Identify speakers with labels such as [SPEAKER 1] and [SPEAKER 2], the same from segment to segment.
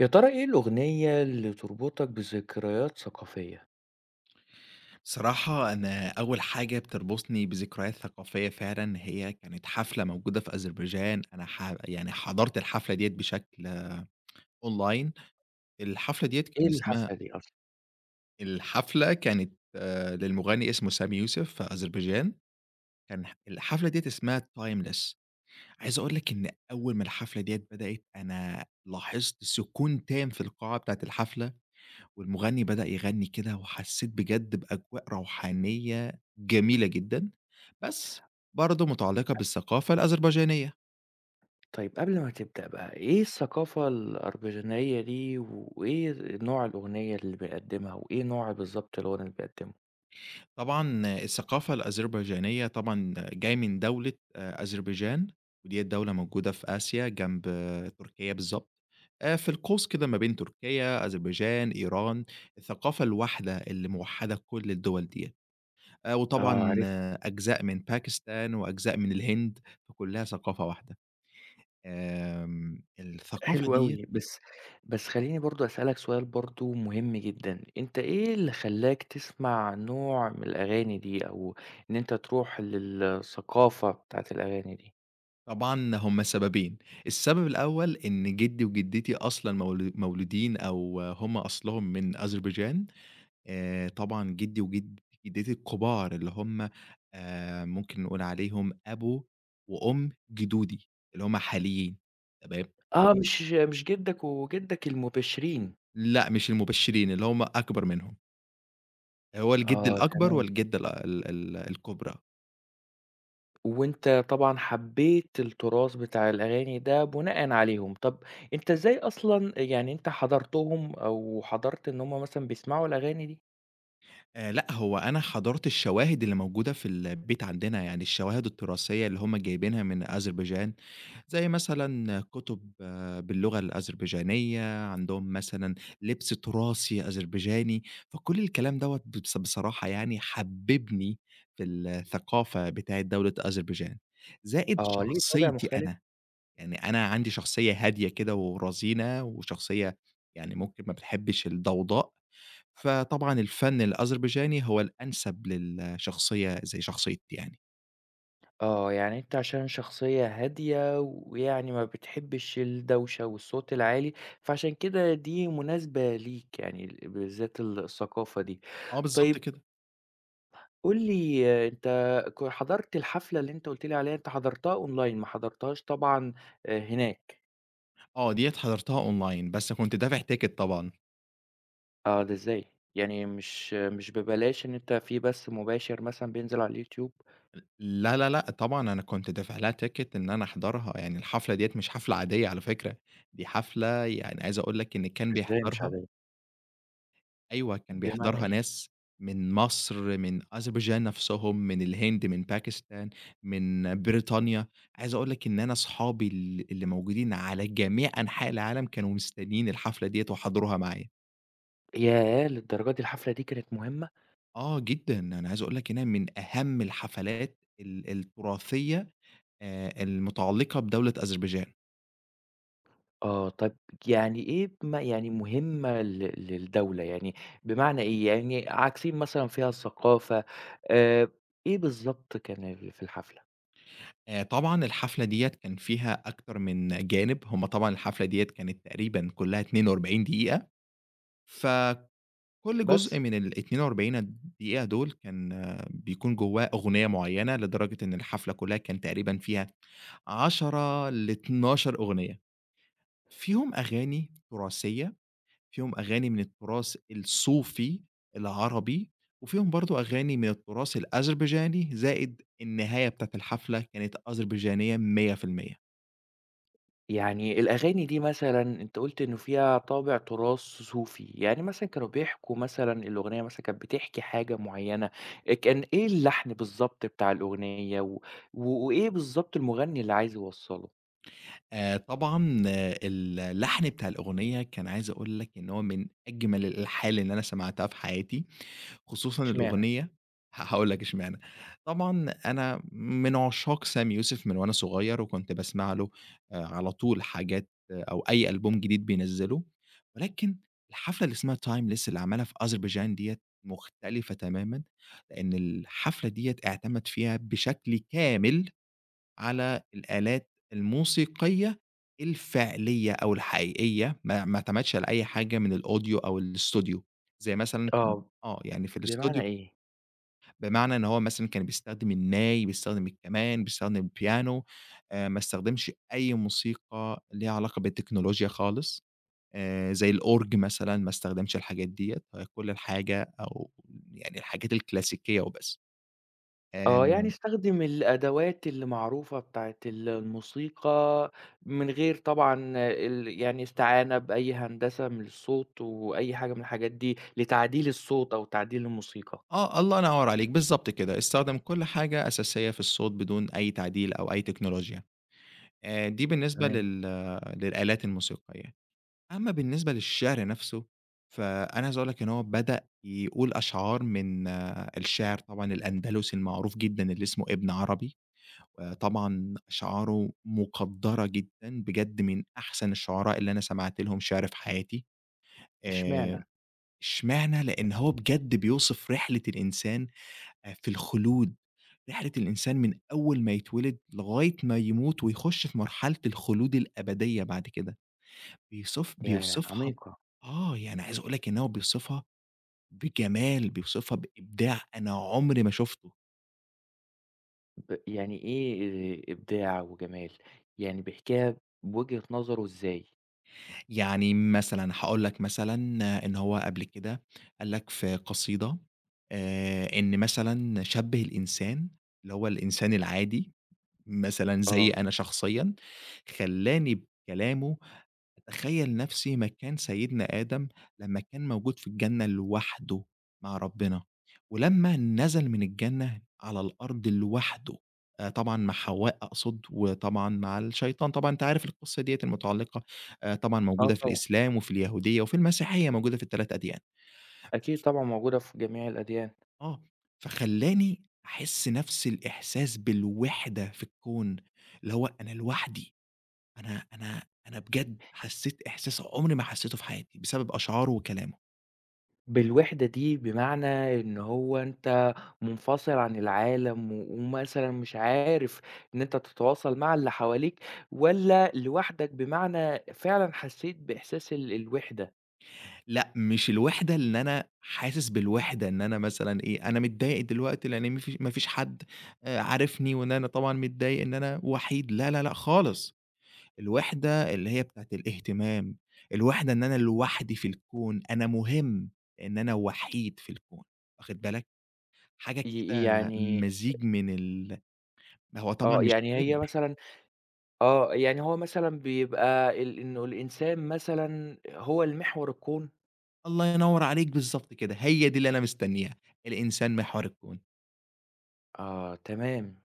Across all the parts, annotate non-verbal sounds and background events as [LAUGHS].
[SPEAKER 1] يا ترى إيه الأغنية اللي تربطك بذكريات ثقافية؟
[SPEAKER 2] صراحة أنا أول حاجة بتربطني بذكريات ثقافية فعلًا هي كانت حفلة موجودة في أذربيجان، أنا يعني حضرت الحفلة ديّة بشكل أونلاين. الحفلة ديّة كان
[SPEAKER 1] إيه اللي
[SPEAKER 2] اسمها
[SPEAKER 1] حصل دي أصلًا؟
[SPEAKER 2] الحفلة كانت للمغني اسمه سامي يوسف في أذربيجان. كان الحفلة ديّة اسمها Timeless. عايز أقول لك إن أول ما الحفلة ديّة بدأت أنا لاحظت سكون تام في القاعة بتاعة الحفلة. والمغني بدأ يغني كده وحسيت بجد بأجواء روحانية جميلة جدًا، بس برضه متعلقة بالثقافة الأذربيجانية.
[SPEAKER 1] طيب قبل ما تبدأ بقى، إيه الثقافة الأربجينية دي وإيه نوع الأغنية اللي بيقدّمها وإيه نوع بالضبط الغنى اللي بيقدّمه؟
[SPEAKER 2] طبعًا الثقافة الأذربيجانية طبعًا جاية من دولة أذربيجان، وديّة دولة موجودة في آسيا جنب تركيا بالضبط. في القوس كده ما بين تركيا، أذربيجان، إيران، الثقافة الواحدة اللي موحدة كل الدول ديّة.
[SPEAKER 1] آه،
[SPEAKER 2] وطبعًا
[SPEAKER 1] عرفت.
[SPEAKER 2] أجزاء من باكستان وأجزاء من الهند، فكلها ثقافة واحدة. الثقافة
[SPEAKER 1] حلو أوي،
[SPEAKER 2] ديّة
[SPEAKER 1] بس خلّيني برضه أسألك سؤال برضه مهم جدًا، أنت إيه اللي خلّاك تسمع نوع من الأغاني دي أو إن أنت تروح للثقافة بتاعة الأغاني دي؟
[SPEAKER 2] طبعًا هم سببين. السبب الأول إن جدي وجدتي أصلًا مولودين أو هم أصلهم من أذربيجان. طبعًا جدي وجدتي الكبار اللي هم ممكن نقول عليهم أبو وأم جدودي، اللي هم حاليين تمام.
[SPEAKER 1] آه، مش جدك وجدك المبشرين.
[SPEAKER 2] لأ مش المبشرين اللي هم أكبر منهم، هو الجد
[SPEAKER 1] آه،
[SPEAKER 2] الأكبر
[SPEAKER 1] تمام.
[SPEAKER 2] والجدة ال ال ال الكبرى.
[SPEAKER 1] وأنت طبعًا حبّيت التراث بتاع الأغاني ده بُناءً عليهم، طَب أنت إزاي أصلًا يعني أنت حضرتهم أو حضرت إن هم مثلًا بيسمعوا الأغاني دي؟
[SPEAKER 2] لأ، هو أنا حضرت الشواهد اللي موجودة في البيت عندنا، يعني الشواهد التراثية اللي هم جايبينها من أذربيجان، زي مثلًا كُتب باللغة الأذربيجانية، عندهم مثلًا لبس تراثي أذربيجاني، فكل الكلام دوّة بص بصراحة يعني حبّبني في الثقافة بتاعة دولة أذربيجان، زائد
[SPEAKER 1] آه، ليه طابع
[SPEAKER 2] شخصيتي
[SPEAKER 1] مختلف؟
[SPEAKER 2] أنا. يعني أنا عندي شخصية هادية كده ورزينة وشخصية، يعني ممكن ما بتحبش الضوضاء، فطبعًا الفن الأذربيجاني هو الأنسب للشخصية زي شخصيتي يعني.
[SPEAKER 1] آه، يعني أنت عشان شخصية هادية ويعني ما بتحبّش الدوشة والصوت العالي، فعشان كده دي مناسبة ليك يعني بالذات الثقافة دي.
[SPEAKER 2] آه بالضبط
[SPEAKER 1] طيب
[SPEAKER 2] كده.
[SPEAKER 1] قُل لي أنت حضرت الحفلة اللي أنت قُلت لي عليها، أنت حضرتها أونلاين ما حضرتهاش طبعًا هناك.
[SPEAKER 2] آه، ديّة حضرتها أونلاين، بس كنت دافع تيكت طبعًا.
[SPEAKER 1] آه، ده إزاي؟ يعني مش ببلاش إن أنت في بث مباشر مثلًا بينزل على اليوتيوب؟
[SPEAKER 2] لا، لا، لأ، طبعًا أنا كنت دافع لها تيكت إن أنا أحضرها، يعني الحفلة ديّة مش حفلة عادية على فكرة، دي حفلة يعني عايز أقول لك إن كان
[SPEAKER 1] إزاي مش
[SPEAKER 2] بيحضرها
[SPEAKER 1] عادية؟
[SPEAKER 2] أيوه، كان
[SPEAKER 1] بمعنى
[SPEAKER 2] بيحضرها
[SPEAKER 1] إيه؟
[SPEAKER 2] ناس من مصر، من أذربيجان نفسهم، من الهند، من باكستان، من بريطانيا. عايز أقول لك إن أنا أصحابي اللي موجودين على جميع أنحاء العالم كانوا مستنيين الحفلة ديّة وحضروها معايا.
[SPEAKER 1] ياه! للدرجة دي الحفلة دي كانت مهمة؟
[SPEAKER 2] آه جدًا، أنا عايز أقول لك إنها من أهم الحفلات التراثية المتعلقة بدولة أذربيجان.
[SPEAKER 1] آه، طب يعني إيه يعني مهمة للدولة يعني بمعنى إيه؟ يعني عاكسين مثلًا فيها الثقافة آآ، إيه بالضبط كان في الحفلة؟
[SPEAKER 2] طبعًا الحفلة ديّة كان فيها أكتر من جانب، هم طبعًا الحفلة ديّة كانت تقريبًا كلّها 42 دقيقة، ف كل جزء
[SPEAKER 1] بس؟
[SPEAKER 2] من ال42 دقيقة دول كان بيكون جواه أغنية معيّنة، لدرجة إن الحفلة كلّها كان تقريبًا فيها 10 ل12 أغنية، فيهم أغاني تراثية، فيهم أغاني من التراث الصوفي العربي، وفيهم برضه أغاني من التراث الأذربيجاني، زائد النهاية بتاعة الحفلة كانت أذربيجانية 100%.
[SPEAKER 1] يعني الأغاني دي مثلًا أنت قُلت إنه فيها طابع تراث صوفي، يعني مثلًا كانوا بيحكوا مثلًا الأغنية مثلًا كانت بتحكي حاجة معيّنة، كان إيه اللحن بالضبط بتاع الأغنية و و وإيه بالضبط المغني اللي عايز يوصّله؟
[SPEAKER 2] طبعًا اللحن بتاع الأغنية كان عايز أقول لك إن هو من أجمل الألحان اللي أنا سمعتها في حياتي، خصوصًا
[SPEAKER 1] إشمعنى؟
[SPEAKER 2] الأغنية هاقول لك اشمعنى. طبعًا أنا من عشاق سامي يوسف من وأنا صغير، وكنت باسمع له على طول حاجات أو أي ألبوم جديد بينزّله، ولكن الحفلة اللي اسمها timeless اللي عملها في أذربيجان ديّة مختلفة تمامًا، لإن الحفلة ديّة اعتمد فيها بشكل كامل على الآلات الموسيقية الفعلية أو الحقيقية، ما اعتمدش على أي حاجة من الأوديو أو الإستوديو، زي مثلًا كان
[SPEAKER 1] آه،
[SPEAKER 2] يعني في
[SPEAKER 1] بمعنى
[SPEAKER 2] الإستوديو.
[SPEAKER 1] إيه؟
[SPEAKER 2] بمعنى إن هو مثلًا كان بيستخدم الناي، بيستخدم الكمان، بيستخدم البيانو. ما استخدمش أي موسيقى ليها علاقة بالتكنولوجيا خالص. زي الأورج مثلًا ما استخدمش الحاجات ديّة، كل الحاجة أو يعني الحاجات الكلاسيكية وبس. آآ
[SPEAKER 1] آه، يعني استخدم الأدوات اللي معروفة بتاعة ال الموسيقى من غير طبعًا ال يعني استعانة بأي هندسة من الصوت وأي حاجة من الحاجات دي لتعديل الصوت أو تعديل الموسيقى.
[SPEAKER 2] الله ينوّر عليك، بالضبط كده، استخدم كل حاجة أساسية في الصوت بدون أي تعديل أو أي تكنولوجيا. دي بالنسبة
[SPEAKER 1] تمام.
[SPEAKER 2] للآلات الموسيقية. أمّا بالنسبة للشعر نَفْسه، فأنا عايز أقول لك إن هو بدأ يقول أشعار من الشاعر طبعًا الأندلسي المعروف جدًا اللي اسمه ابن عربي، وطبعًا أشعاره مُقدّرة جدًا، بجد من أحسن الشعراء اللي أنا سمعت لهم شعر في حياتي. آآ،
[SPEAKER 1] إشمعنى؟
[SPEAKER 2] اشمعنى؟ لإن هو بجد بيوصف رحلة الإنسان في الخلود، رحلة الإنسان من أول ما يتولد لغاية ما يموت ويخش في مرحلة الخلود الأبدية بعد كده، بيوصف
[SPEAKER 1] ياه!
[SPEAKER 2] بيوصفها ب
[SPEAKER 1] عميقة.
[SPEAKER 2] يعني عايز أقول لك إن هو بيوصفها بجمال، بيوصفها بإبداع أنا عمري ما شُفته.
[SPEAKER 1] يعني إيه إبداع وجمال؟ يعني بيحكيها بوجهة نظره إزاي؟
[SPEAKER 2] يعني مثلًا هاقول لك مثلًا إن هو قبل كده قال لك في قصيدة إن مثلًا شبِّه الإنسان اللي هو الإنسان العادي مثلًا زي
[SPEAKER 1] آه.
[SPEAKER 2] أنا شخصيًا، خلّاني بكلامه أتخيّل نَفْسي مكان سيدنا آدم لمّا كان موجود في الجنة لوحده مع ربنا، ولمّا نزل من الجنة على الأرض لوحده طبعًا مع حواء أقصد، وطبعًا مع الشيطان، طبعًا أنت عارف القصة ديّة المتعلقة طبعًا
[SPEAKER 1] آه،
[SPEAKER 2] موجودة في
[SPEAKER 1] طبعًا.
[SPEAKER 2] الإسلام وفي اليهودية وفي المسيحية، موجودة في ال3 أديان.
[SPEAKER 1] أكيد طبعًا موجودة في جميع الأديان.
[SPEAKER 2] آه، فخلّاني أحس نَفْس الإحساس بالوِحدة في الكون، اللي هو أنا لوحدي. أنا بجد حسّيت إحساس عمري ما حسّيته في حياتي، بسبب أشعاره وكلامه.
[SPEAKER 1] بالوحدة دي بمعنى إن هو أنت منفصل عن العالم ومثلًا مش عارف إن أنت تتواصل مع اللي حواليك والّا لوحدك بمعنى فعلًا حسّيت بإحساس الوحدة؟
[SPEAKER 2] لأ، مش الوحدة إن أنا حاسس بالوحدة إن أنا مثلًا إيه، أنا متضايق دلوقتي لإن ما فيش حد عارفني وإن أنا طبعًا متضايق إن أنا وحيد، لا، لا، لأ خالص. الوحدة اللي هي بتاعة الاهتمام، الوحدة إن أنا لوحدي في الكون، أنا مهم لإن أنا وحيد في الكون، واخد بالك؟ حاجة
[SPEAKER 1] ي
[SPEAKER 2] كده
[SPEAKER 1] يعني
[SPEAKER 2] مزيج من هو طبعًا
[SPEAKER 1] آه.
[SPEAKER 2] مش
[SPEAKER 1] يعني
[SPEAKER 2] كذب.
[SPEAKER 1] هي مثلًا آه، يعني هو مثلًا بيبقى إنه الإنسان مثلًا هو المحور الكون؟
[SPEAKER 2] الله ينوّر عليك، بالضبط كده، هي دي اللي أنا مستنّيها، الإنسان محور الكون.
[SPEAKER 1] آه، تمام.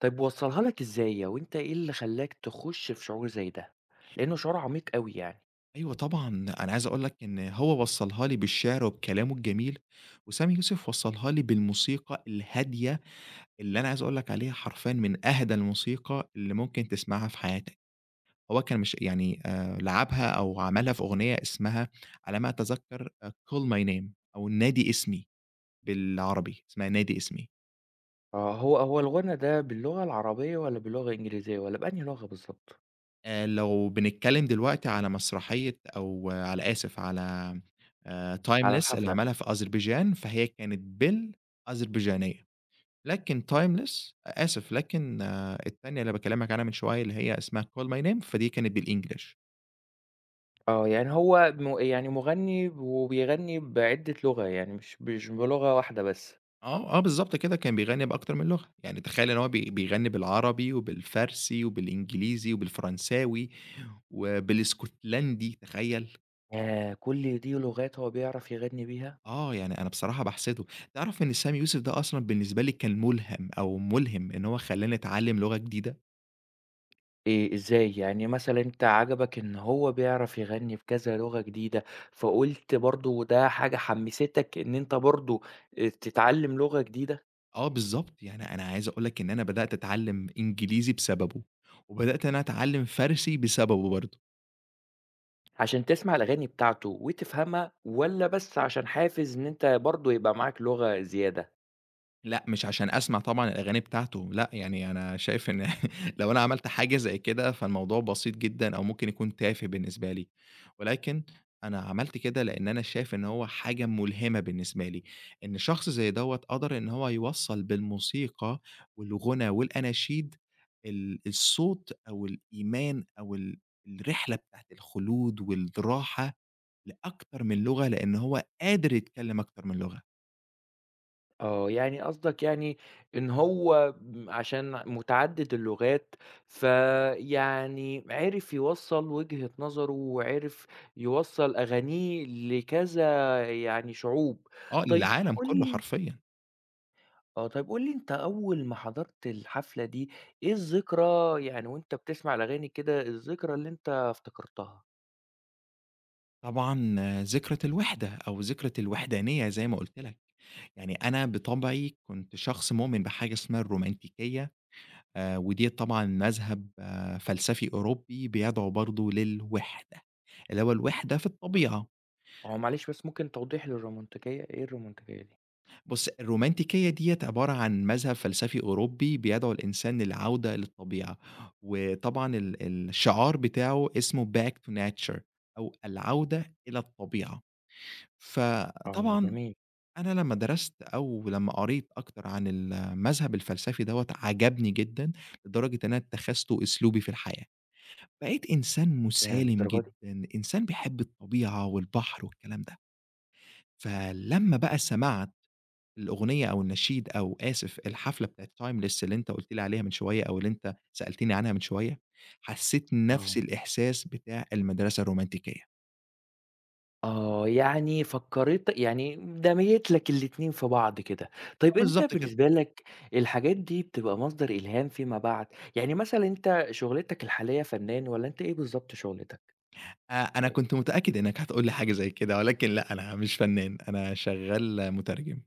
[SPEAKER 1] طيب وصّلها لك إزاي، أو أنت إيه اللي خلّاك تخُش في شعور زي ده؟ لإنه شعور عميق أوي يعني.
[SPEAKER 2] أيوه طبعًا، أنا عايز أقول لك إن هو وصّلها لي بالشعر وبكلامه الجميل، وسامي يوسف وصّلها لي بالموسيقى الهادية اللي أنا عايز أقول لك عليها حرفيًا من أهدى الموسيقى اللي ممكن تسمعها في حياتك. هو كان مش يعني لعبها أو عملها في أغنية اسمها على ما أتذكّر Call My Name أو نادي اسمي بالعربي، اسمها نادي اسمي.
[SPEAKER 1] آه، هو الغنى ده باللغة العربية والّا باللغة الإنجليزية والّا بأنهي لغة بالضبط
[SPEAKER 2] لو بنتكلم دلوقتي على مسرحية أو على، آسف، على
[SPEAKER 1] على
[SPEAKER 2] timeless اللي
[SPEAKER 1] الحفلة؟
[SPEAKER 2] عملها في أذربيجان، فهي كانت بالأذربيجانية. لكن timeless آسف، لكن التانية اللي باكلمك عنها من شوية اللي هي اسمها call my name فدي كانت بالEnglish.
[SPEAKER 1] آه، يعني هو يعني مغني وبيغني بعدة لغة، يعني مش بلغة واحدة بس.
[SPEAKER 2] آه، آه بالضبط كده، كان بيغني بأكتر من لغة، يعني تخيل إن هو بيغني بالعربي وبالفارسي وبالإنجليزي وبالفرنساوي وبالاسكتلندي، تخيل!
[SPEAKER 1] ياه! كل دي لغات هو بيعرف يغني بيها؟
[SPEAKER 2] آه، يعني أنا بصراحة باحسده. تعرف إن سامي يوسف ده أصلًا بالنسبة لي كان ملهم أو ملهم إن هو خلّاني أتعلّم لغة جديدة.
[SPEAKER 1] إيه إزاي؟ يعني مثلًا أنت عجبك إن هو بيعرف يغني في كذا لغة جديدة، فقُلت برضه ده حاجة حمّستك إن أنت برضه تتعلّم لغة جديدة
[SPEAKER 2] آه بالضبط، يعني أنا عايز أقول لك إن أنا بدأت أتعلّم إنجليزي بسببه، وبدأت إن أنا أتعلّم فارسي بسببه برضه.
[SPEAKER 1] عشان تسمع الأغاني بتاعته وتفهمها والّا بس عشان حافز إن أنت برضه يبقى معاك لغة زيادة؟
[SPEAKER 2] لأ، مش عشان أسمع طبعًا الأغاني بتاعته، لأ، يعني أنا شايف إن [LAUGHS] لو أنا عملت حاجة زي كده فالموضوع بسيط جدًا أو ممكن يكون تافه بالنسبة لي، ولكن أنا عملت كده لإن أنا شايف إن هو حاجة ملهمة بالنسبة لي، إن شخص زي دوّة قدر إن هو يوصّل بالموسيقى والغُنى والأناشيد الصوت أو الإيمان أو الرحلة بتاعة الخلود والراحة لأكتر من لغة، لإن هو قادر يتكلم أكتر من لغة.
[SPEAKER 1] آه، يعني قصدك يعني إن هو عشان متعدد اللغات، فيعني عرف يوصّل وجهة نظره وعرف يوصّل أغانيه لكذا يعني شعوب.
[SPEAKER 2] آه
[SPEAKER 1] طيب
[SPEAKER 2] للعالم
[SPEAKER 1] قُل
[SPEAKER 2] كُلّه
[SPEAKER 1] لي
[SPEAKER 2] حرفيًا.
[SPEAKER 1] طيب قُل لي أنت أول ما حضرت الحفلة دي، إيه الذكرى يعني وأنت بتسمع الأغاني كده، الذكرى اللي أنت افتكرتها؟
[SPEAKER 2] طبعًا ذكرة الوِحدة أو ذكرة الوحدانية زي ما قُلت لك، يعني أنا بطبعي كنت شخص مؤمن بحاجة اسمها الرومانتيكية وديّة طبعًا مذهب فلسفي أوروبي بيدعو برضه للوِحدة، اللي هو الوِحدة في الطبيعة.
[SPEAKER 1] هو معلش بس ممكن توضيح للرومانتيكية، إيه الرومانتيكية دي؟
[SPEAKER 2] بُص الرومانتيكية ديّة عبارة عن مذهب فلسفي أوروبي بيدعو الإنسان للعودة للطبيعة، وطبعًا الشعار بتاعه اسمه back to nature أو العودة إلى الطبيعة.
[SPEAKER 1] آه،
[SPEAKER 2] فطبعًا
[SPEAKER 1] جميل.
[SPEAKER 2] أنا لمّا درست أو لمّا قريت أكتر عن المذهب الفلسفي دوّة عجبني جدًا، لدرجة إن أنا اتّخذته أسلوبي في الحياة. بقيت إنسان
[SPEAKER 1] ياه،
[SPEAKER 2] مسالم
[SPEAKER 1] للدرجة دي!
[SPEAKER 2] جدًا، إنسان بيحب الطبيعة والبحر والكلام ده. فلمّا بقى سمعت الأغنية أو النشيد أو آسف الحفلة بتاعة timeless اللي أنت قُلت لي عليها من شوية أو اللي أنت سألتني عنها من شوية، حسيت نفس
[SPEAKER 1] آه.
[SPEAKER 2] الإحساس بتاع المدرسة الرومانتيكية.
[SPEAKER 1] آه، يعني فكّرت يعني دميّت لك الاتنين في بعض كده.
[SPEAKER 2] آه
[SPEAKER 1] طيب أنت
[SPEAKER 2] بالضبط كده.
[SPEAKER 1] بالنسبة لك الحاجات دي بتبقى مصدر إلهام فيما بعد؟ يعني مثلًا أنت شُغلتك الحالية فنّان والّا أنت إيه بالضبط شُغلتك؟
[SPEAKER 2] أنا كنت متأكد إنّك هتقول لي حاجة زي كده، ولكن لأ، أنا مش فنّان، أنا شغّال مترجم.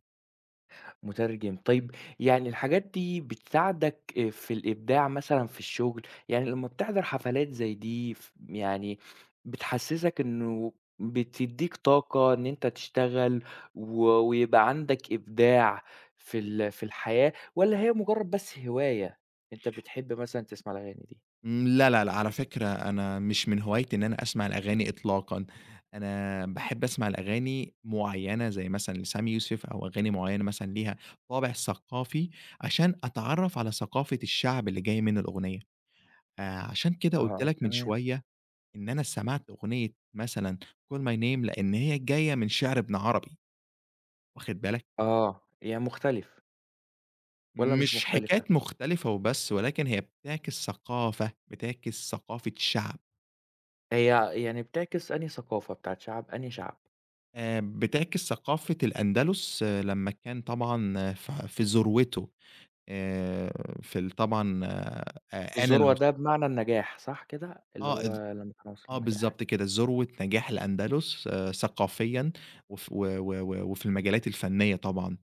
[SPEAKER 1] مترجم، طيب يعني الحاجات دي بتساعدك في الإبداع مثلًا في الشغل؟ يعني لمّا بتحضر حفلات زي دي يعني بتحسسك إنه بتدّيك طاقة إن أنت تشتغل ويبقى عندك إبداع في الحياة، والّا هي مجرد بس هواية، أنت بتحب مثلًا تسمع الأغاني دي؟
[SPEAKER 2] لا، لا، لا، على فكرة أنا مش من هوايتي إن أنا أسمع الأغاني إطلاقًا، أنا باحب أسمع لأغاني معيّنة زي مثلًا لسامي يوسف أو أغاني معيّنة مثلًا ليها طابع ثقافي، عشان أتعرّف على ثقافة الشعب اللي جاي منّه الأغنية. عشان كده قُلت
[SPEAKER 1] آه،
[SPEAKER 2] لك من
[SPEAKER 1] تمام.
[SPEAKER 2] شوية إن أنا سمعت أغنية مثلًا Call My Name لإن هي جاية من شعر ابن عربي، واخد بالك؟
[SPEAKER 1] آه، يعني مختلف والّا مش
[SPEAKER 2] مش حكاية
[SPEAKER 1] مختلفة؟
[SPEAKER 2] مختلفة وبس، ولكن هي بتعكس ثقافة، بتعكس ثقافة شعب.
[SPEAKER 1] هي يعني بتعكس أنهي ثقافة، بتاعة شعب، أنهي شعب؟
[SPEAKER 2] بتعكس ثقافة الأندلس لمّا كان طبعًا في ذروته. آآ في ال طبعًا آن
[SPEAKER 1] الذروة
[SPEAKER 2] العث
[SPEAKER 1] ده بمعنى النجاح صح كده؟ اللي هو
[SPEAKER 2] إذ
[SPEAKER 1] لمّا كنا وصلنا
[SPEAKER 2] آه
[SPEAKER 1] للنجاح.
[SPEAKER 2] بالضبط كده، ذروة نجاح الأندلس ثقافيًا وف و و و وفي المجالات الفنية طبعًا.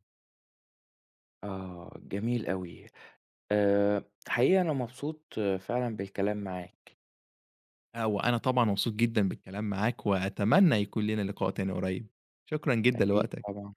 [SPEAKER 1] آه، جميل أوي. حقيقي أنا مبسوط فعلًا بالكلام معاك.
[SPEAKER 2] آه وأنا طبعًا مبسوط جدًا بالكلام معاك، وأتمنى يكون لينا لقاء تاني قريب، شكرًا جدًا
[SPEAKER 1] أكيد
[SPEAKER 2] لوقتك.
[SPEAKER 1] طبعًا.